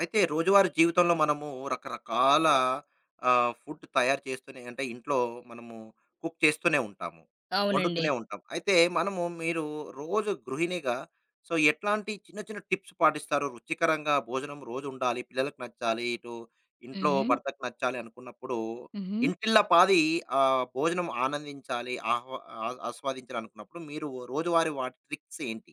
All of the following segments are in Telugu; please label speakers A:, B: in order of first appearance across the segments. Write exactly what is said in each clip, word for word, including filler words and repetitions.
A: అయితే రోజువారీ జీవితంలో మనము రకరకాల ఆహ్, ఫుడ్ తయారు చేస్తూనే అంటే ఇంట్లో మనము కుక్ చేస్తూనే ఉంటాము.
B: అవునండి.
A: వండుతూనే ఉంటాం. అయితే మనము మీరు రోజు గృహిణిగా సో, ఎట్లాంటి చిన్న చిన్న టిప్స్ పాటిస్తారు? రుచికరంగా భోజనం రోజు ఉండాలి. పిల్లలకి నచ్చాలి. ఇటు ఇంట్లో
B: హుహు.
A: భర్తకి నచ్చాలి అనుకున్నప్పుడు
B: హుహు.
A: ఇంటిల్లిపాది ఆహ్, భోజనం ఆనందించాలి. ఆహ్వా ఆ ఆస్వాదించాలి అనుకున్నప్పుడు మీరు రోజువారీ వాటి ట్రిక్స్ ఏంటి?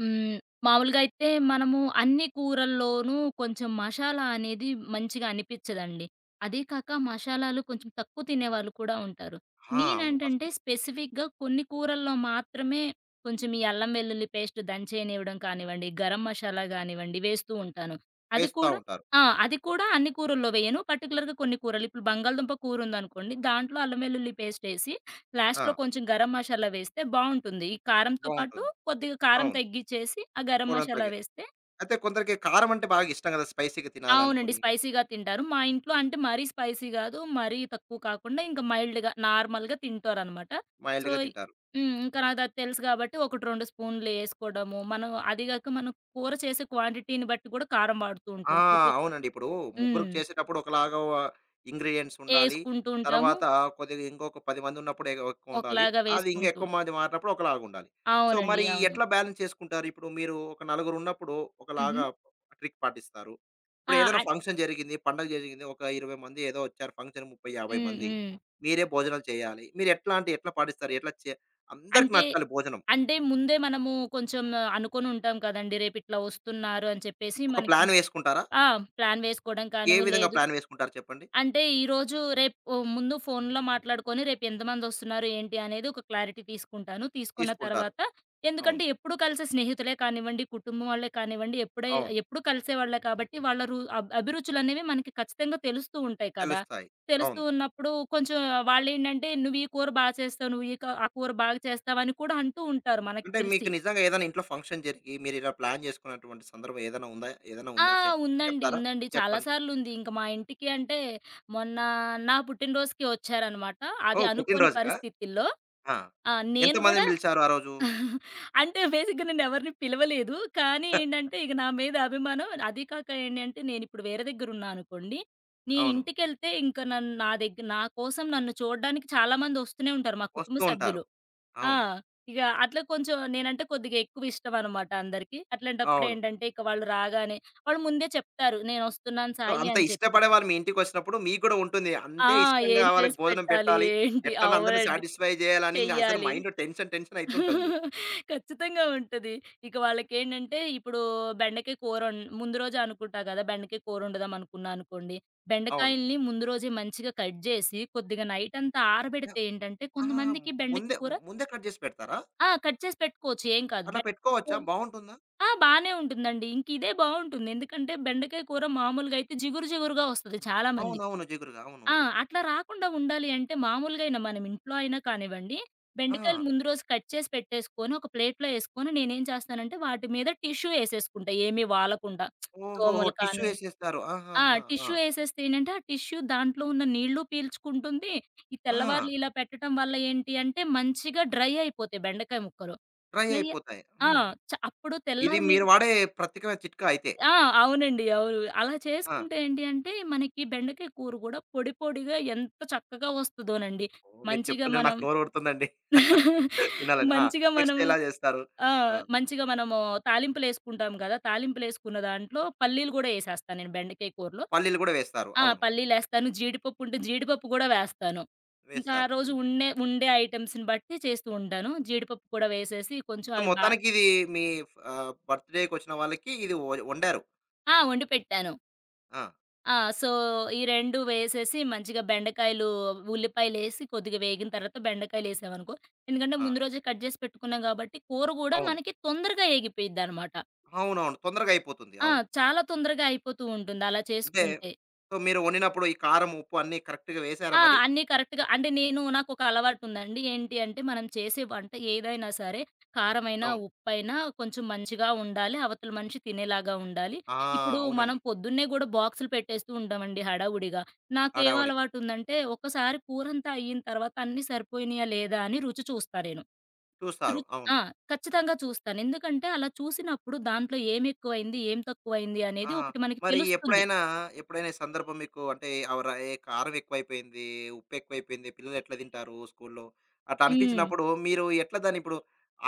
B: హ్మ్. మామూలుగా అయితే మనము అన్ని కూరల్లోనూ కొంచెం మషాలా అనేది మంచిగా అనిపిచ్చదండి. అదీ కాక మషాలాలు కొంచెం తక్కువ తినేవాళ్ళు కూడా ఉంటారు.
A: ఆ! అవును.
B: నేనేంటంటే
A: వాస్తవమే.
B: స్పెసిఫిక్‌గా కొన్ని కూరల్లో మాత్రమే కొంచెం ఈ అల్లం వెల్లుల్లి పేస్ట్ దంచేయనివ్వడం కానివ్వండి, గరం మషాలా గానివ్వండి వేస్తూ ఉంటాను. అది
A: వేస్తా
B: కూడా
A: ఉంటారు.
B: ఆ! అది కూడా అన్ని కూరల్లో వేయను. పర్టిక్యులర్‌గా కొన్ని కూరలు ఇప్పుడు బంగాళదుంప కూరుందనుకోండి, దాంట్లో అల్లం వెల్లుల్లి పేస్టేసి లాస్ట్‌లో
A: ఆ!
B: కొంచెం గరం మసాలా వేస్తే బావుంటుంది. ఈ కారంతో పాటు
A: బావుంటుంది.
B: కొద్దిగా కారం
A: అవును.
B: తగ్గిచ్చేసి ఆ గరం
A: కొంత
B: మసాలా
A: తగ్గే
B: వేస్తే
A: అయితే కొందరికి కారం అంటే బాగా ఇష్టం కదా! స్పైసీగా
B: అవునండి.
A: తినాలనుకోని
B: స్పైసీగా తింటారు. మా ఇంట్లో అంటే మరీ స్పైసీ గాదు. మరీ తక్కువ కాకుండా ఇంక మైల్డ్‌గా నార్మల్‌గా తింటారనమాట. సో
A: మైల్డ్‌గా తింటారు.
B: హ్మ్. ఇంకా నాకది తెలుసు గాబట్టి ఒకటి రెండు స్పూన్లు ఏసుకోవడము. మనం అది గాక మనం కూర చేసే క్వాంటిటీని బట్టి కూడా కారం వాడుతూ
A: ఆ!
B: ఉంటాం. కొంచెం
A: అవునండి. ఇప్పుడు
B: హ్మ్.
A: ముగ్గురికి చేసేటప్పుడు ఒకలాగా ఇంగ్రీడియెంట్స్ ఉండాలి.
B: ఏసుకుంటూ ఉంటాము.
A: తర్వాత కొద్దిగా ఇంకొక పది మంది ఉన్నప్పుడు ఎ ఎక్కువుండాలి.
B: ఒకలాగా
A: అది ఇంకా
B: వేసుకుంటూ
A: ఎక్కువ మంది మారినప్పుడు ఒకలాగుండాలి. సో,
B: అవునండి.
A: మరి
B: అవును.
A: ఎట్లా బ్యాలెన్స్ చేసుకుంటారు? ఇప్పుడు మీరు ఒక నలుగురు ఉన్నప్పుడు
B: హుహు.
A: ఒకలాగా ట్రిక్ పాటిస్తారు.
B: ఆ!
A: ఇప్పుడు ఏదైనా
B: అన్
A: ఫంక్షన్ జరిగింది, పండగ జరిగింది. ఒక ఇరవై మంది ఏదో వచ్చారు ఫంక్షన్ ముప్పై, యాభై
B: హ్మ్.
A: మంది.
B: హ్మ్.
A: మీరే భోజనాలు చేయాలి. మీరు ఎట్లా అంటే ఎట్లా పాటిస్తారు? ఎట్లా చే అందరికి
B: అంటే,
A: నచ్చాలి భోజనం.
B: అంటే ముందే మనము కొంచెం అనుకోనుంటాం కదండీ! రేపిట్లా వస్తున్నారు అని చెప్పేసి
A: ఒక
B: మనకి
A: ప్లాన్ వేసుకుంటారా?
B: ఆ! ప్లాన్ వేసుకోవడం
A: ఏ
B: కాను
A: విధంగా
B: లేదు
A: ప్లాన్ వేసుకుంటారు చెప్పండి?
B: అంటే ఈరోజు రేపు ఓ ముందు ఫోన్‌లో మాట్లాడుకొని రేపు ఎంతమందొస్తున్నారు ఏంటి అనేది ఒక క్లారిటీ తీసుకుంటాను. తీసుకున్న
A: తీసుకుంటారు.
B: తర్వాత
A: అవును.
B: ఎందుకంటే ఎప్పుడు కలిసే స్నేహితులే కానివ్వండి, కుటుంబం వాళ్ళే కానివ్వండి, ఎప్పుడే
A: అవును.
B: ఎప్పుడు కలిసేవాళ్ళే కాబట్టి వాళ్ళ రు అబ్ అభిరుచులనేవి మనకి ఖచ్చితంగా తెలుస్తూ ఉంటాయి కదా!
A: తెలుస్తాయి.
B: తెలుస్తూ
A: అవును.
B: ఉన్నప్పుడు కొంచెం వాళ్ళేంటంటే, "నువ్వు ఈ కూర బా చేస్తావు. నువ్వు ఈ క ఆ కూర బాగా చేస్తావు" అని కూడా అంటూ ఉంటారు మనకు
A: అంటే మీకు
B: తెలిసి.
A: నిజంగా ఏదైనా ఇంట్లో ఫంక్షన్ జరిగి మీరిలా ప్లాన్ చేసుకున్నటువంటి సందర్భం ఏదైనా ఉందా? ఏదైనా
B: ఆ!
A: ఉందా? చె
B: ఉందండి.
A: చెప్తారా?
B: ఉందండి. చాలా
A: చెప్పండి.
B: సార్లుంది. ఇంక మా ఇంటికి అంటే, మొన్న నా పుట్టినరోజుకి వచ్చారనమాట. అది
A: ఓహ్!
B: అనుకోని
A: పుట్టినరోజుకా?
B: పరిస్థితుల్లో.
A: ఆ!
B: ఆ! నేను
A: ఎంతమందిని
B: గూడా
A: పిలిచారు ఆ రోజు?
B: అంటే బేసిక్‌గా నేనెవరిని పిలవలేదు. కానీ ఏంటంటే, ఇక నా మీద అభిమానం అది కాక ఏంటంటే, నేనిప్పుడు వేరే దగ్గరున్నా అనుకోండి,
A: అవును.
B: నేనింటికెళ్తే ఇంక నన్ను నా దగ్గర నా కోసం నన్ను చూడడానికి చాలామందొస్తూనే ఉంటారు. మా కుటుంబ
A: వస్తూ ఉంటారు.
B: సభ్యులు. ఆ!
A: అవును.
B: ఇగ అట్లా కొంచెం నేనంటే కొద్దిగా ఎక్కువిష్టం అనమాట అందరికి. అట్లాంటప్పుడు
A: అవును.
B: ఏంటంటే, ఇక వాళ్ళు రాగానే వాళ్ళు ముందే చెప్తారు. "నేనొస్తున్నాను
A: సో,
B: సాయి"
A: అంత
B: అని
A: ఇష్టపడే
B: చెప్పేసి.
A: వాళ్ళు మీ ఇంటికొచ్చినప్పుడు మీకు కూడా ఉంటుంది.
B: ఆ!
A: అంతే ఇష్టంగా
B: ఏం
A: వాళ్ళకి
B: చేసి
A: భోజనం
B: పెట్టాలి?
A: పెట్టాలి.
B: ఏంటి?
A: ఎట్లైనా అందరిని
B: అవునండి.
A: సాటిస్ఫై చేయాలని ఇంగ అసలు
B: చెయ్యాలి.
A: మైండ్ టెన్షన్, టెన్షన్ అయితుంటుంది.
B: ఖచ్చితంగా ఉంటది. ఇక వాళ్ళకేంటంటే, ఇప్పుడు బెండకాయ కూర ఒన్ ముందు రోజే అనుకుంటా గదా! బెండకాయ కూరొండుదాం అనుకున్నా అనుకోండి.
A: అవును.
B: బెండకాయల్ని ముందు రోజే మంచిగా కట్ జేసి, కొద్దిగా నైటంతా ఆరబెడితే ఏంటంటే,
A: ఆహా!
B: కొంతమందికి బెండకాయ
A: ముందే
B: కూర
A: ముందే కట్ చేసి పెడతారా?
B: ఆ! కట్ చేసి పెట్టుకోవచ్చు. ఏం కాదు.
A: అట్లా
B: బెండకాయ
A: పెట్టుకోవచ్చా?
B: కూర
A: బావుంటుందా?
B: ఆ! బానే ఉంటుందండి. ఇంక ఇదే బావుంటుంది. ఎందుకంటే బెండకాయ కూర మామూలుగా అయితే జిగురు జిగురుగా వస్తది చాలా మందికి.
A: అవునవును. జిగురుగా అవును.
B: ఆ! అట్లా రాకుండా ఉండాలి అంటే మామూలుగా అయినా మనం ఇంట్లో అయినా కానివ్వండి,
A: ఆ!
B: బెండకాయలు ముందు రోజు కట్ చేసి పెట్టేసుకొని ఒక ప్లేట్‌లో ఏసుకొని నేనేం చేస్తానంటే వాటి మీద టిష్యూ ఏసేసుకుంటా ఏమీ వాలకుండా.
A: ఓహోహో!
B: దోమలు
A: టిష్యూ
B: కానీ
A: ఏసేస్తారు.
B: ఆ!
A: ఆహాహా! ఆ!
B: టిష్యూ ఏసేస్తే ఏంటంటే ఆ టిష్యూ దాంట్లో ఉన్న నీళ్లు పీల్చుకుంటుంది. ఈ
A: ఆ!
B: తెల్లవార్లు ఇలా పెట్టటం వల్ల ఏంటి అంటే మంచిగా డ్రై అయిపోతాయి బెండకాయ ముక్కలు.
A: డ్రై
B: డ్రై
A: అయిపోతాయి.
B: ఆ!
A: హ్మ్.
B: చ అప్పుడు
A: ఇది
B: తెల్లారి మీ
A: మీరు వాడే ప్రత్యేకమైన చిట్కా అయితే.
B: ఆ! అవునండి. అవును. అలా
A: ఆ!
B: చేసుకుంటే ఏంటి అంటే, మనకి బెండకాయ కూర గూడా పొడి పొడిగా ఎంత చక్కగా వస్తదోనండి.
A: ఓహ్! మీరు
B: మంచిగా
A: చెప్తుంటే నాకు
B: మనం
A: నోరు ఊరుతుందండి. తినాలని. ఆ!
B: మంచిగా
A: నెక్స్ట్
B: మనం
A: ఎలా చేస్తారు?
B: ఆ!
A: ఆ!
B: మంచిగా మనము తాలింపులేసుకుంటాం గదా! తాలింపులేసుకున్న దాంట్లో పల్లీలు గూడా యేసేస్తా నేను బెండకాయ కూరలో.
A: పల్లీలు కూడా వేస్తారు.
B: ఆ!
A: అవును.
B: పల్లీలేస్తాను, జీడిపప్పు ఉంటే జీడిపప్పు గూడా వేస్తాను. ఇంకా ఆ
A: వేస్తారు.
B: రోజు
A: హ్మ్.
B: ఉండే ఉండే ఐటెమ్స్‌ని బట్టి చేస్తూ ఉంటాను. జీడిపప్పు కూడా వేసేసి కొంచెం
A: సో,
B: అవి బా
A: మొత్తానికి ఇది మీ ఆహ్, బర్త్‌డేకొచ్చిన వాళ్ళకి ఇది వ వండారు.
B: ఆ! వండి పెట్టాను.
A: ఆ!
B: ఆ! సో, ఈ రెండు వేసేసి మంచిగా బెండకాయలు, ఉల్లిపాయలేసి కొద్దిగా వేగిన తర్వాత బెండకాయలేసామనుకో, ఎందుకంటే
A: ఆ!
B: ముందు రోజే కట్ చేసి పెట్టుకున్నాం కాబట్టి కూర గూడా
A: అవును.
B: మనకి తొందరగా ఏగిపోయిద్దనమాట.
A: అవునవును. తొందరగా అయిపోతుంది.
B: ఆ!
A: అవును.
B: చాలా తొందరగా అయిపోతూ ఉంటుంది అలా
A: అంటే
B: చేసుకుంటే.
A: సో మీరు వండినప్పుడు ఈ కారం, ఉప్పు అన్నీ కరెక్ట్‌గా వేసారా
B: ఆ!
A: మరి?
B: అన్నీ కరెక్ట్‌గా అంటే నేను నాకొక అలవాటుందండి. ఏంటి అంటే మనం చేసే వంట ఏదైనా సరే కారమైనా,
A: అవును.
B: ఉప్పైనా కొంచెం మంచిగా ఉండాలి. అవతల మనిషి తినేలాగా ఉండాలి.
A: ఆ!
B: ఇప్పుడు మనం
A: అవునండి.
B: పొద్దున్నే గూడా బాక్సులు పెట్టేస్తూ ఉంటామండి హడావుడిగా. నాకేం
A: హడావిడిగా
B: అలవాటుందంటే ఒక్కసారి కూరంతా అయ్యిన తర్వాత అన్నీ సరిపోయినాయా లేదా అని రుచి చూస్తా నేను.
A: చూస్తారు.
B: రు
A: అవును.
B: ఆ! ఖచ్చితంగా చూస్తాను. ఎందుకంటే అలా చూసినప్పుడు దాంట్లో ఏం ఎక్కువైంది, ఏం తక్కువైంది
A: ఆ!
B: అనేది ఒకటి మనకి
A: మరి
B: తెలుస్తుంది.
A: ఎప్పుడైనా, ఎప్పుడైనా ఈ సందర్భం మీకు అంటే ఆవ్ ర ఏ కారం ఎక్కువైపోయింది, ఉప్పు ఎక్కువైపోయింది, పిల్లలు ఎట్లా తింటారు స్కూల్‌లో అట్లా
B: హ్మ్.
A: అనిపించినప్పుడు మీరు ఎట్లా దాన్ని ఇప్పుడు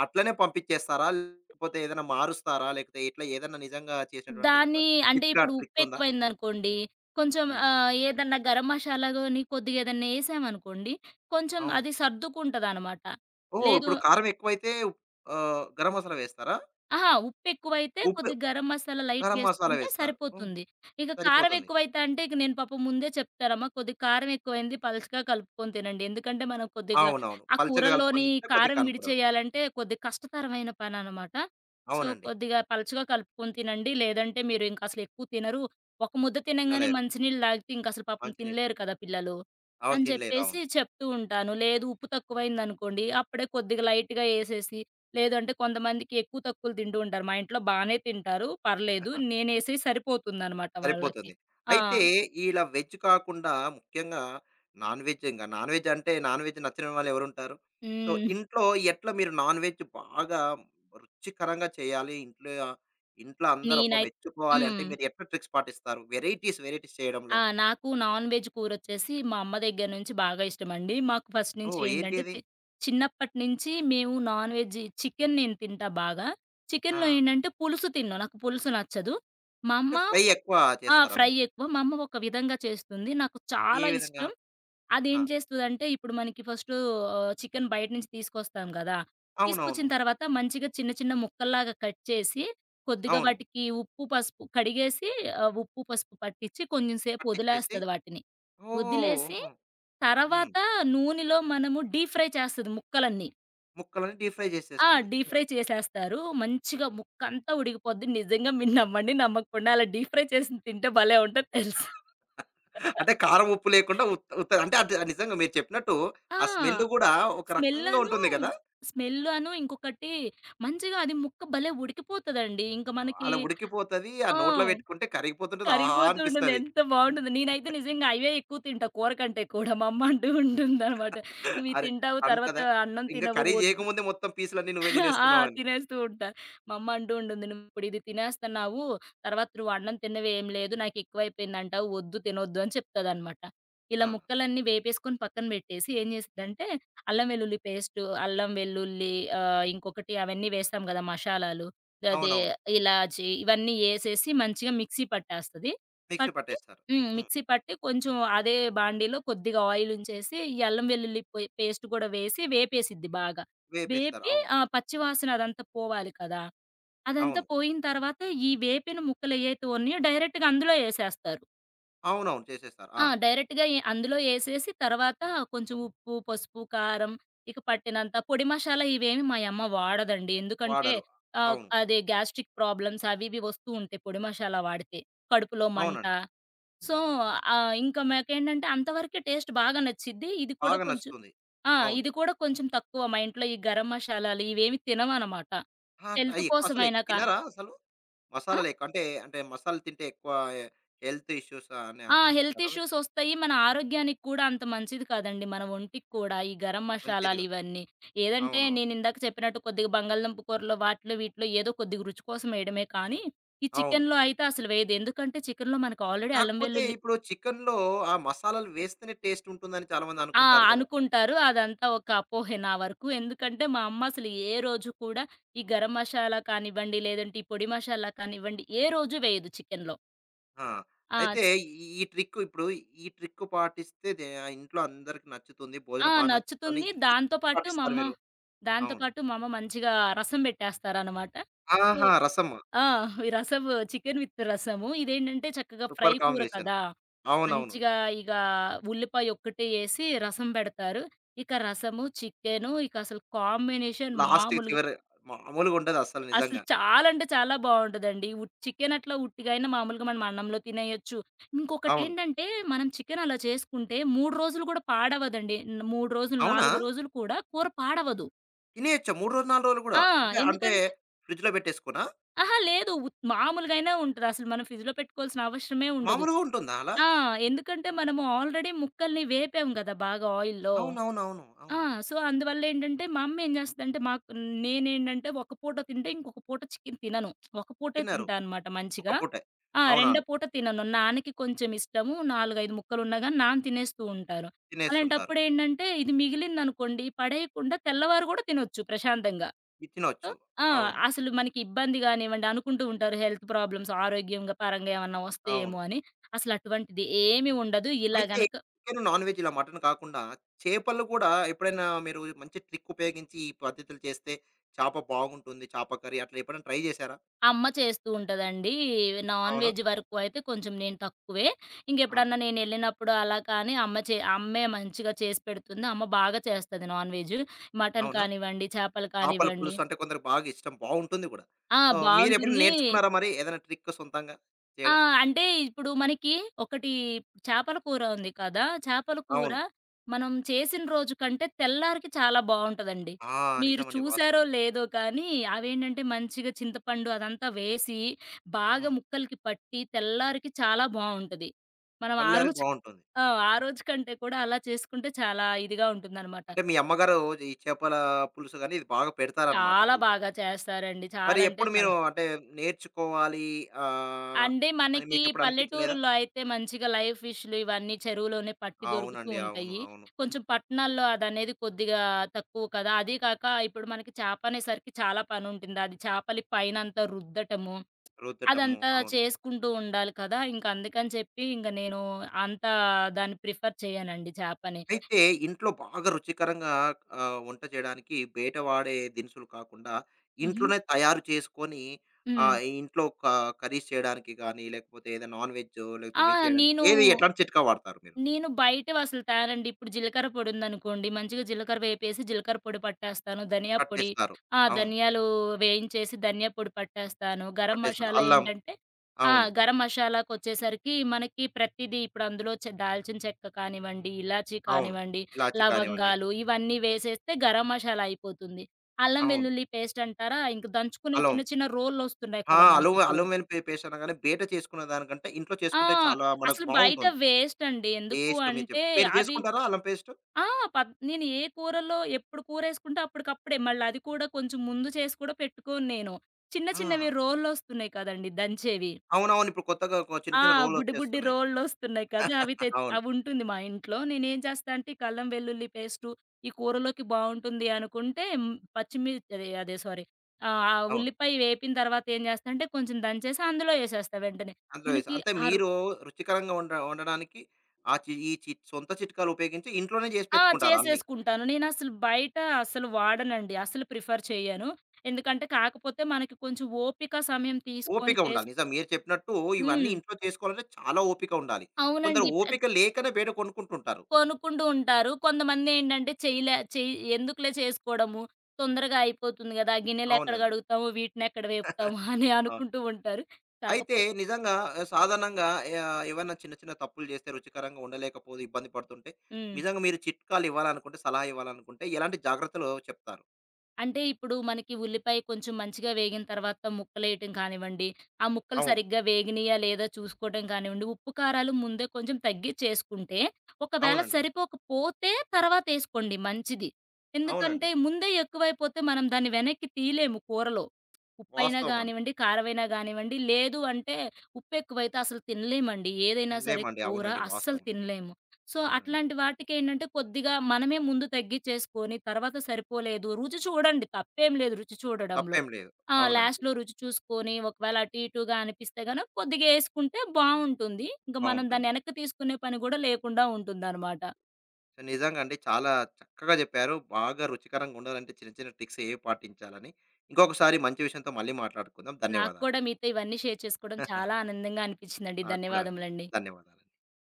A: అట్లనే పంపించేస్తారా? లేకపోతే ఏదైనా మారుస్తారా? లేకపోతే ఇట్లా ఏదన్నా నిజంగా చేసినటువంటిది ప
B: దాన్ని అంటే
A: చిట్కా,
B: ఇప్పుడు
A: ట్రిక్ ఉందా?
B: ఉప్పెక్కువైందనుకోండి, కొంచెం
A: హ్మ్.
B: ఆహ్, ఏదన్నా గరం మషాలా గాని కొద్దిగా ఏదన్నా ఏసామనుకోండి, కొంచెం
A: అవును.
B: అది సర్దుకుంటదనమాట.
A: ఓహ్!
B: లేదు
A: ఇప్పుడు కారం ఎక్కువైతే ఉప్ ఆహ్, గరం మసాలా వేస్తారా?
B: అహా! ఉప్పెక్కువైతే
A: ఉప్పు
B: కొద్దిగా గరం మసాలా
A: గరం మసాలా
B: లైట్‌గేసుకుంటే
A: వేస్తారు. హ్మ్.
B: సరిపోతుంది. ఇక కారం
A: సరిపోతుంది.
B: ఎక్కువైతే అంటే ఇక నేను పాపం ముందే చెప్తారమ్మా కొద్దిగా కారం ఎక్కువైంది పలుచగా కలుపుకొని తినండి. ఎందుకంటే మనం కొద్దిగా
A: అవునవును.
B: ఆ
A: పల్చగా కలుపుకొని
B: కూరల్లోని
A: తింటే కొద్దిగా
B: కారం
A: కనపడదు.
B: విడిచేయాలంటే కొద్దిగా కష్టతరమైన పననమాట. సో,
A: అవునండి.
B: కొద్దిగా పలుచగా కలుపుకొని తినండి. లేదంటే మీరు ఇంక అసలు ఎక్కువ తినరు. ఒక ముద్ద తినంగానే
A: తినలేరు.
B: మంచినీళ్ళు తాగితే ఇంకసలు పాపం
A: మంచినీరు.
B: తినలేరు కదా పిల్లలు.
A: అవును.
B: అని
A: తినలేరు.
B: చెప్పేసి
A: అవును.
B: చెప్తూ ఉంటాను. లేదు ఉప్పు తక్కువైందనుకోండి అప్పుడే కొద్దిగా లైట్‌గా ఏసేసి లేదంటే కొంతమందికి ఎక్కువ తక్కువలు తింటూ ఉంటారు. మా ఇంట్లో బానే తింటారు. పర్లేదు. నేనేసేయి సరిపోతుందనమాట వాళ్ళకి.
A: సరిపోతుంది.
B: ఆ!
A: అయితే ఇలా వెజ్ కాకుండా ముఖ్యంగా నాన్ వెజ్ ఇంక నాన్ వెజ్ అంటే నాన్ వెజ్ నచ్చని వాళ్ళు ఎవరుంటారు? సో,
B: హ్మ్.
A: ఇంట్లో ఎట్లా మీరు నాన్ వెజ్ బాగా రుచికరంగా చేయాలి? ఇంట్లో ఇంట్లో అందరూ అబ్బా!
B: నేనై
A: మెచ్చుకోవాలి అంటే
B: హ్మ్.
A: మీరు ఎట్లా ట్రిక్స్ పాటిస్తారు? వెరైటీస్, వెరైటీస్ చేయడంలో.
B: ఆ! నాకు నాన్ వెజ్ కూరొచ్చేసి మా అమ్మ దగ్గర నుంచి బాగా ఇష్టమండి. మాకు ఫస్ట్ నుంచి
A: ఓహ్! ఏంటి
B: ఏంటంటే
A: అది?
B: చి చిన్నప్పటి నుంచి మేము నాన్ వెజ్ చికెన్ నేను తింటా బాగా.
A: ఆ!
B: చికెన్‌లో ఏంటంటే పులుసు తినను. నాకు పులుసు నచ్చదు. మా అమ్మ
A: అంటే ఫ్రై ఎక్కువ
B: ఆ! ఫ్రై
A: చేస్తారన్నమాట.
B: ఎక్కువ. మా అమ్మ ఒక విధంగా చేస్తుంది. నాకు
A: ఏ
B: చాలా
A: విధంగా?
B: ఇష్టం. అదేం
A: ఆ!
B: చేస్తదంటే, ఇప్పుడు మనకి ఫస్టు ఆహ్, చికెన్ బయట నుంచి తీసుకొస్తాం గదా!
A: అవునవును.
B: తీసుకొచ్చిన తర్వాత మంచిగా చిన్న చిన్న ముక్కల్లాగా కట్ చేసి, కొద్దిగా
A: అవును.
B: వాటికి ఉప్పు, పసుపు కడిగేసి ఆహ్, ఉప్పు, పసుపు పట్టిచ్చి కొంచెం సేపు
A: పట్టిచ్చేసి
B: వదిలేస్తది వాటిని.
A: ఓహ్!
B: వదిలేసి
A: ఓహో! హ్మ్.
B: తర్వాత నూనెలో మనము డీప్ ఫ్రై చేస్తది ముక్కలన్నీ.
A: ముక్కలన్నీ డీప్ ఫ్రై
B: ఆ!
A: చేసేస్తుంది.
B: డీప్ ఫ్రై చేసేస్తారు. మంచిగా ముక్కంతా ఉడికిపోద్ది. నిజంగా మీరు నమ్మండి, నమ్మకపోండి అలా డీప్ ఫ్రై చేసింది తింటే భలే ఉంటది తెలుసా!
A: అంటే కారం, ఉప్పు లేకుండా ఉత్త ఉత్త అంటే అది అది నిజంగా మీరు చెప్పినట్టు
B: ఆ!
A: ఆ స్మెల్ గూడా ఒక
B: స్మెల్
A: రకంగా
B: అను,
A: ఉంటుంది గదా!
B: స్మెల్ అను ఇంకొకటి మంచిగా అది ముక్క భలే ఉడికిపోతదండి. ఇంక మనకి
A: అలా ఉడికిపోతది. ఆ
B: ఆ!
A: నోట్లో పెట్టుకుంటే కరిగిపోతుంటది. ఆహా!
B: కరిగిపోతూ ఉంటుంది.
A: అనిపిస్తది.
B: ఎంత బావుంటుందో. నేనైతే నిజంగా అవే ఎక్కువ తింటా కూర కంటే కూడా. మా అమ్మ అంటూ ఉంటుందనమాట. "నువ్వివి
A: అరె!
B: తింటావు తర్వాత
A: అంతదా
B: అన్నం
A: ఇంక
B: తినవు.
A: కర్రీ
B: వద్దు."
A: జేయకముందే మొత్తం పీసులన్నీ నువ్వే
B: ఆ!
A: తినేస్తున్నావని.
B: తినేస్తూ ఉంటా. మా అమ్మ అంటూ ఉంటుంది, "నువ్విప్పుడు ఇది తినేస్తన్నావు, తర్వాత నువ్వు అన్నం తిన్నవి ఏం లేదు, నాకెక్కువైపోయిందంటావు, వద్దు తినొద్దు" అని చెప్తదనమాట. ఇలా
A: ఆ!
B: ముక్కలన్నీ వేపేసుకొని పక్కన పెట్టేసి ఏం చేసిద్దంటే, అల్లం వెల్లుల్లి పేస్టు, అల్లం వెల్లుల్లి ఆహ్, ఇంకొకటి అవన్నీ వేస్తాం గదా! మషాలాలు. అదే
A: అవునవును.
B: ఇలాచి ఇవన్నీ ఏసేసి మంచిగా మిక్సీ పట్టేస్తది.
A: మిక్సీ
B: పట్టి
A: పట్టేస్తారు.
B: హ్మ్.
A: హ్మ్.
B: మిక్సీ పట్టి కొంచెం అదే బాండీలో కొద్దిగా ఆయిలుంచేసి, ఈ అల్లం వెల్లుల్లి పొయ్ పేస్ట్ కూడా వేసి వేపేసిద్ది బాగా.
A: వేపేస్తారు.
B: వేపి
A: అవును.
B: ఆ పచ్చి వాసన అదంతా పోవాలి కదా! అదంతా
A: అవును.
B: పోయిన తర్వాత ఈ వేపిన ముక్కలేయైతే ఉన్నాయో డైరెక్ట్‌గా అందులో ఏసేస్తారు.
A: అవునవును. చేసేస్తారు.
B: ఆ!
A: ఆ!
B: డైరెక్ట్‌గా ఎ అందులో ఏసేసి తర్వాత కొంచెం ఉప్పు, పసుపు, కారం ఇక పట్టినంత పొడి మసాలా ఇవేమి మా యమ్మ వాడదండి. ఎందుకంటే
A: వాడరు.
B: ఆహ్,
A: అవును.
B: అదే గ్యాస్ట్రిక్ ప్రాబ్లమ్స్ అవి ఇవి వస్తూ ఉంటాయి పొడి మసాలా వాడితే. కడుపులో మంట.
A: అవునండి.
B: సో, ఆహ్, ఇంకా మాకేంటంటే అంతవరకే టేస్ట్ బాగా నచ్చిద్ది. ఇది కూడా
A: బాగా
B: కొంచెం
A: నచ్చుతుంది.
B: ఆ!
A: అవును.
B: ఇది కూడా కొంచెం తక్కువ. మా ఇంట్లో ఈ గరం మషాలాలు ఇవేమి తినమనమాట.
A: ఆ! అంటే
B: హెల్త్
A: అయి ఎక్కువ అసలు
B: కోసమైనా కా
A: తినరా అసలు?
B: ఆ!
A: మసాలాలు ఎక్కువ అంటే, అంటే మసాలాలు తింటే ఎక్కువ హె హెల్త్ ఇష్యూస్ అని
B: ఆ!
A: అని
B: హెల్త్
A: తినరా మీరు?
B: ఇష్యూస్ ఒస్తాయి. మన ఆరోగ్యానికి కూడా అంత మంచిది కాదండి. మన ఒంటికి కూడా ఈ గరం
A: మంచిది
B: మషాలాలు
A: కాదు.
B: ఇవన్నీ. ఏదంటే
A: అవును.
B: నేనిందాక చెప్పినట్టు కొద్దిగా బంగాళదుంప కూరలో వాటిలో వీటిలో ఏదో కొద్దిగా రుచి కోసం వేయడమే కానీ, ఈ
A: అవును.
B: చికెన్‌లో అయితే అసలు వేయదు. ఎందుకంటే చికెన్‌లో మనకు ఆల్రెడీ అల్లం
A: కాకపోతే
B: వెల్లుల్లి
A: ఇప్పుడు చికెన్‌లో ఆ మసాలాలు వేస్తేనే టేస్ట్ ఉంటుందని చాలా మంది
B: ఆ!
A: అనుకుంటారు కదా!
B: అనుకుంటారు. అదంతా ఒక అపోహే నా వరకు. ఎందుకంటే, మా అమ్మ అసలు ఏ రోజు కూడా ఈ గరం మషాలా కానివ్వండి, లేదంటే ఈ పొడి మషాలా కానివ్వండి, ఏ రోజు వేయదు చికెన్‌లో.
A: ఆ!
B: ఆ!
A: అయితే
B: చ్
A: ఈ ఈ ట్రిక్ ఇప్పుడు ఈ ట్రిక్ పాటిస్తే దే ఇంట్లో అందరికి నచ్చుతుంది.
B: ఆ!
A: భోజనం బాగా నచ్చుతుందని
B: నచ్చుతుంది.
A: ఈ
B: దాంతో
A: ట్రిక్
B: పాటు మా
A: పాటిస్తారు
B: అమ్మ
A: మీరు.
B: దాంతో
A: అవును.
B: పాటు మా అమ్మ మంచిగా రసం పెట్టేస్తారనమాట. సో
A: ఆహా! రసము.
B: ఆ! ఈ రసము చికెన్ విత్ రసము. ఇదేంటంటే, చక్కగా ఫ్రై
A: సూపర్
B: కూర
A: కాంబినేషన్.
B: కదా!
A: అవునవును.
B: మంచిగా ఇగ ఉల్లిపాయ ఒక్కటే ఏసి రసం పెడతారు. ఇక రసము, చికెను ఇక అసలు కాంబినేషన్
A: లాస్ట్‌కి
B: మామూలుగా
A: చివరి మామూలుగా ఉండదు అస్సలు
B: అసలు
A: నిజంగా.
B: చాలా అంటే చాలా బావుంటదండి. ఉట్ చికెన్ అట్లా ఉట్టిగయినా మామూలుగా మనం అన్నంలో తినేయొచ్చు.
A: అవును.
B: ఇంకొకటేంటంటే, మనం చికెన్ అలా చేసుకుంటే మూడు రోజులు కూడా పాడవదండి. న్ మూడు రోజులు,
A: అవునా?
B: నాలుగు రోజులు కూడా కూర పాడవదు.
A: తినేయొచ్చా మూడు రోజులు, నాలుగు రోజులు గూడా?
B: ఆ!
A: అంటే అంటే
B: ఎందుకంటే
A: ఫ్రిడ్జ్‌లో పెట్టేసుకోనా?
B: అహా! లేదు. ఉత్ మామూలుగైనా ఉంటది. అసలు మనం ఫ్రిడ్జ్‌లో పెట్టుకోవాల్సిన అవసరమే ఉండదు.
A: మామూలుగా ఉంటుందా అలా?
B: ఆ! ఎందుకంటే, మనము ఆల్రెడీ ముక్కల్ని వేపాం గదా! బాగా ఆయిల్‌లో.
A: అవునవునవును.
B: ఆ!
A: అవును.
B: సో, అందువల్లేంటంటే, మా అమ్మేం జేస్తదంటే, మాకు నేనేంటంటే, ఒక పూట తింటే ఇంకొక పూట చికెన్ తినను. ఒక పూటే
A: తినరు.
B: తింటా అనమాట
A: ఒక్క
B: మంచిగా.
A: పూటే.
B: ఆ! రెండో
A: అవునవును.
B: పూట తినను. నాన్నకి కొంచెం ఇష్టము. నాలుగు, ఐదు ముక్కలున్నా గాని నాన్న తినేస్తూ ఉంటారు.
A: తినేస్తుంటారు.
B: అలాంటప్పుడేంటంటే, ఇది మిగిలిందనుకోండి పడేయకుండా తెల్లవారు గూడా తినొచ్చు ప్రశాంతంగా.
A: ఇది
B: సో
A: తినొచ్చు.
B: ఆ!
A: అవును.
B: అసలు మనకి ఇబ్బంది గానివ్వండి అనుకుంటూ ఉంటారు హెల్త్ ప్రాబ్లమ్స్ ఆరోగ్యంగా పరంగా ఏమన్నా
A: అవును.
B: వస్తాయేమో అని. అసలటువంటిది ఏమీ ఉండదు. ఇలా
A: అయితే
B: గనక
A: చికెను, నాన్ వెజ్ ఇలా మటన్ కాకుండా చేపలు గూడా ఎప్పుడైనా మీరు మంచి ట్రిక్ ఉపయోగించి ఈ పద్ధతులు చేస్తే చేప బాగుంటుంది, చేప కర్రీ అట్లా ఎప్పుడైనా ట్రై చేశారా?
B: అమ్మ చేస్తూ ఉంటదండి. నాన్
A: అవునా?
B: వెజ్ వరకు అయితే కొంచెం నేను తక్కువే.
A: ఆ!
B: ఇంకెప్పుడన్నా నేనెళ్ళినప్పుడు అలా కానీ అమ్మ చే అమ్మే మంచిగా చేసి పెడుతుంది. అమ్మ బాగా చేస్తది నాన్ వెజ్. మటన్
A: అవునా?
B: కానివ్వండి, చేపలు
A: చేపల
B: కానివ్వండి.
A: పులుసు అంటే కొందరికి బాగా ఇష్టం. బావుంటుంది గూడా.
B: ఆ!
A: సో, మీరెప్పుడైనా
B: బావుంటుంది.
A: నేర్చుకున్నారా మరి ఏదైనా ట్రిక్ సొంతంగా
B: ఆ!
A: చేయడం?
B: అంటే ఇప్పుడు మనకి ఒకటి చేపల కూర ఉంది కదా! చేపల కూర
A: అవును.
B: మనం చేసిన రోజు కంటే తెల్లారికి చాలా బావుంటదండి.
A: ఆ!
B: మీరు
A: నిజమండి.
B: చూసారో
A: వాస్తవం.
B: లేదో కానీ అవేంటంటే మంచిగా చింతపండు అదంతా వేసి బాగా
A: అవును.
B: ముక్కలకి పట్టి తెల్లారికి చాలా బావుంటది. మనం ఆ
A: చల్లారికి
B: రోజు
A: బావుంటుంది.
B: ఆ! ఆ రోజు కంటే కూడా అలా చేసుకుంటే చాలా ఇదిగా ఉంటుందనమాట.
A: అంటే మీ అమ్మగారు ఈ చేపల పులుసు గాని ఇది బాగా పెడతారనమాట.
B: చాలా
A: ఇ
B: బాగా చేస్తారండి.
A: మరి
B: చాలా అంటే
A: ఎప్పుడు మీరు
B: చాలా.
A: అంటే నేర్చుకోవాలి ఆహ్,
B: అంటే
A: అని
B: మనకి
A: మీకెప్పుడు అనిపించలేదా?
B: పల్లెటూరులో అయితే మంచిగా లైవ్ ఫిష్‌లు ఇవన్నీ చెరువులోనే పట్టి దొరుకుతూ
A: అవునండి. అవును.
B: ఉంటాయి.
A: అవును.
B: కొంచెం పట్టణాల్లో అదనేది కొద్దిగా తక్కువ కదా! అదీ కాక ఇప్పుడు మనకి చేప అనేసరికి చాలా పనుంటుంది. అది చేపలి పైనంతా రుద్దటము,
A: రుద్దటము.
B: అదంతా
A: అవును.
B: చేసుకుంటూ ఉండాలి కదా! ఇంక అందుకని చెప్పి ఇంక నేను అంత దాన్ని ప్రిఫర్ చేయనండి చేపని.
A: అయితే ఇంట్లో బాగా రుచికరంగా ఆహ్, వంట చేయడానికి బయట వాడే దినుసులు కాకుండా
B: హుహు.
A: ఇంట్లోనే తయారు చేసుకొని
B: హ్మ్.
A: ఆహ్, ఇంట్లో క కర్రీస్ చేయడానికి గానీ, లేకపోతే ఏదైనా నాన్ వెజ్ లేకపోతే
B: ఆ!
A: వెజ్ చేయడానికి
B: నేను
A: ఏది ఎట్లాంటి చిట్కా వాడతారు మీరు?
B: నేను బయటవసలు తేనండి. ఇప్పుడు జీలకర్ర పొడుందనుకోండి, మంచిగా జీలకర్ర వేపేసి జీలకర్ర పొడి పట్టేస్తాను. ధనియా పొడి
A: కట్టేస్తారు.
B: ఆ!
A: అవును.
B: ధనియాలు వేయించేసి ధనియా పొడి పట్టేస్తాను. గరం
A: పట్టేస్తారు.
B: మషాలా
A: అల్లం.
B: ఏంటంటే ఆ!
A: అవును.
B: గరం మషాలాకొచ్చేసరికి మనకి ప్రతిదీ ఇప్పుడు అందులో చె దాల్చిన చెక్క కానివ్వండి, ఇలాచీ
A: అవును.
B: కానివ్వండి,
A: ఇలాచీ కానివ్వండి.
B: లవంగాలు ఇవన్నీ వేసేస్తే గరం మషాలా అయిపోతుంది. అల్లం
A: అవును.
B: వెల్లుల్లి పేస్ట్ అంటారా? ఇంక దంచుకునే
A: అల్లం.
B: చిన్న చిన్న రోళ్ళొస్తున్నాయి
A: ఆ!
B: కదా
A: అల్లం
B: మనకిప్పుడు.
A: అల్లం వెల్లుల్లి పే పేస్ట్ అనగానే బయట చేసుకునే దానికంటే ఇంట్లో
B: ఆ!
A: చేసుకుంటే చాలా మనకు
B: అసలు బయట
A: బావుంటుంది.
B: వేస్టండి. ఎందుకు
A: టేస్ట్ మీరు చెప్
B: అంటే
A: మీరు
B: అవి
A: చేసుకుంటారా అల్లం పేస్ట్?
B: ఆ! పద్ నేను ఏ కూరలో ఎప్పుడు కూరేసుకుంటే అప్పటికప్పుడే. మళ్ళీ అది కూడా కొంచెం ముందు చేసి కూడా పెట్టుకోను నేను. చిన్న చిన్నవి
A: ఆ!
B: రోళ్ళొస్తున్నాయి కదండీ దంచేవి.
A: అవునవును. ఇప్పుడు కొత్తగా కొ చిన్న
B: ఆ!
A: చిన్న
B: బుడ్డి బుడ్డి
A: రోలొచ్చేస్తున్నాయి.
B: రోళ్ళొస్తున్నాయి కదా! అవి తె
A: అవును.
B: అవుంటుంది మా ఇంట్లో. నేనేం చేస్తా అంటే ఇక అల్లం వెల్లుల్లి పేస్టు ఈ కూరలోకి బావుంటుంది అనుకుంటే హ్మ్, పచ్చిమి అదే అదే సారీ. ఆహ్, ఆ
A: అవును.
B: ఉల్లిపాయ వేపిన తర్వాత ఏం చేస్తా అంటే కొంచెం దంచేసి అందులో ఏసేస్తా వెంటనే.
A: అందులో వేసి
B: మనకి
A: అంటే
B: ఆ రొ
A: మీరు రుచికరంగా వండ వండడానికి ఆ చి ఈ చి సొంత చిట్కాలు ఉపయోగించి ఇంట్లోనే చేసి
B: ఆ!
A: పెట్టుకుంటారు అన్నీ.
B: చేసేసుకుంటాను. నేనసలు బయట అసలు వాడనండి. అసలు ప్రిఫర్ చేయను. ఎందుకంటే కాకపోతే మనకి కొంచెం ఓపిక, సమయం తీసుకొని
A: ఓపిక
B: చేస్
A: ఉండాలి. నిజం మీరు చెప్పినట్టు ఇవన్నీ
B: హ్మ్.
A: ఇంట్లో చేసుకోవాలంటే చాలా ఓపిక ఉండాలి. కొందరు
B: అవునండి. ప్ర
A: ఓపిక లేకనే బయట కొనుక్కుంటుంటారు.
B: కొనుక్కుంటూ ఉంటారు. కొంతమందేంటంటే చేయలే చెయ్ ఎందుకులే చేసుకోవడము, తొందరగా అయిపోతుంది గదా! గిన్నెలెక్కడ
A: అవునండి.
B: కడుగుతాము, వీటినెక్కడ వేపుతాము అని
A: ఆ!
B: అనుకుంటూ ఉంటారు.
A: అయితే
B: కాకపోతే
A: నిజంగా ఆహ్, సాధారణంగా ఆహ్, ఏవన్నా చిన్న చిన్న తప్పులు చేస్తే రుచికరంగా ఉండలేకపోతే ఇబ్బంది పడుతుంటే,
B: హ్మ్.
A: నిజంగా మీరు చిట్కాలు ఇవ్వాలనుకుంటే, సలహా ఇవ్వాలనుకుంటే ఎలాంటి జాగ్రత్తలు చెప్తారు?
B: అంటే ఇప్పుడు మనకి ఉల్లిపాయ కొంచెం మంచిగా వేగిన తర్వాత ముక్కలేయటం కానివ్వండి, ఆ ముక్కలు
A: అవును.
B: సరిగ్గా వేగినయా లేదా చూసుకోవటం కానివ్వండి, ఉప్పు, కారాలు ముందే కొంచెం తగ్గించి చేసుకుంటే, ఒకవేళ
A: అవునండి.
B: సరిపోకపోతే తర్వాతేసుకోండి మంచిది. ఎందుకంటే
A: అవునండి.
B: ముందే ఎక్కువైపోతే మనం దాన్ని వెనక్కి తీయలేము కూరలో. ఉప్పైనా
A: వాస్తవం అండి.
B: గానివ్వండి, కారమైనా గానివ్వండి, లేదు అంటే ఉప్పెక్కువైతే అసలు తినలేమండి. ఏదైనా సరే
A: వినలేమండి.
B: కూర
A: అవునండి.
B: అస్సలు
A: వాస్తవం.
B: తినలేము. సో,
A: అవునండి.
B: అట్లాంటి వాటికేంటంటే కొద్దిగా మనమే ముందు తగ్గిచ్చేసుకొని, తర్వాత సరిపోలేదు రుచి చూడండి తప్పేం లేదు రుచి చూడడంలో.
A: తప్పేం లేదు.
B: ఆ!
A: అవునండి.
B: లాస్ట్‌లో రుచి చూసుకొని ఒకవేళ అటు ఇటుగా అనిపిస్తే గనక కొద్దిగా యేసుకుంటే బావుంటుంది. ఇంక మనం దాన్ని
A: బావుంటుందండి.
B: వెనక్కి తీసుకునే పని గూడా లేకుండా ఉంటుందనమాట.
A: సో, నిజంగా అండి చాలా చక్కగా చెప్పారు. బాగా రుచికరంగా ఉండాలంటే చిన్న చిన్న ట్రిక్స్ ఏవి పాటించాలని. ఇంకొకసారి మంచి విషయంతో మళ్ళీ మాట్లాడుకుందాం.
B: నాకు
A: ధన్యవాదాలు.
B: కూడా మీతో ఇవన్నీ షేర్ చేసుకోవడం చాలా ఆనందంగా అనిపించిందండి.
A: నాకు కూడా అండి.
B: ధన్యవాదములండి.
A: ధన్యవాదాలు.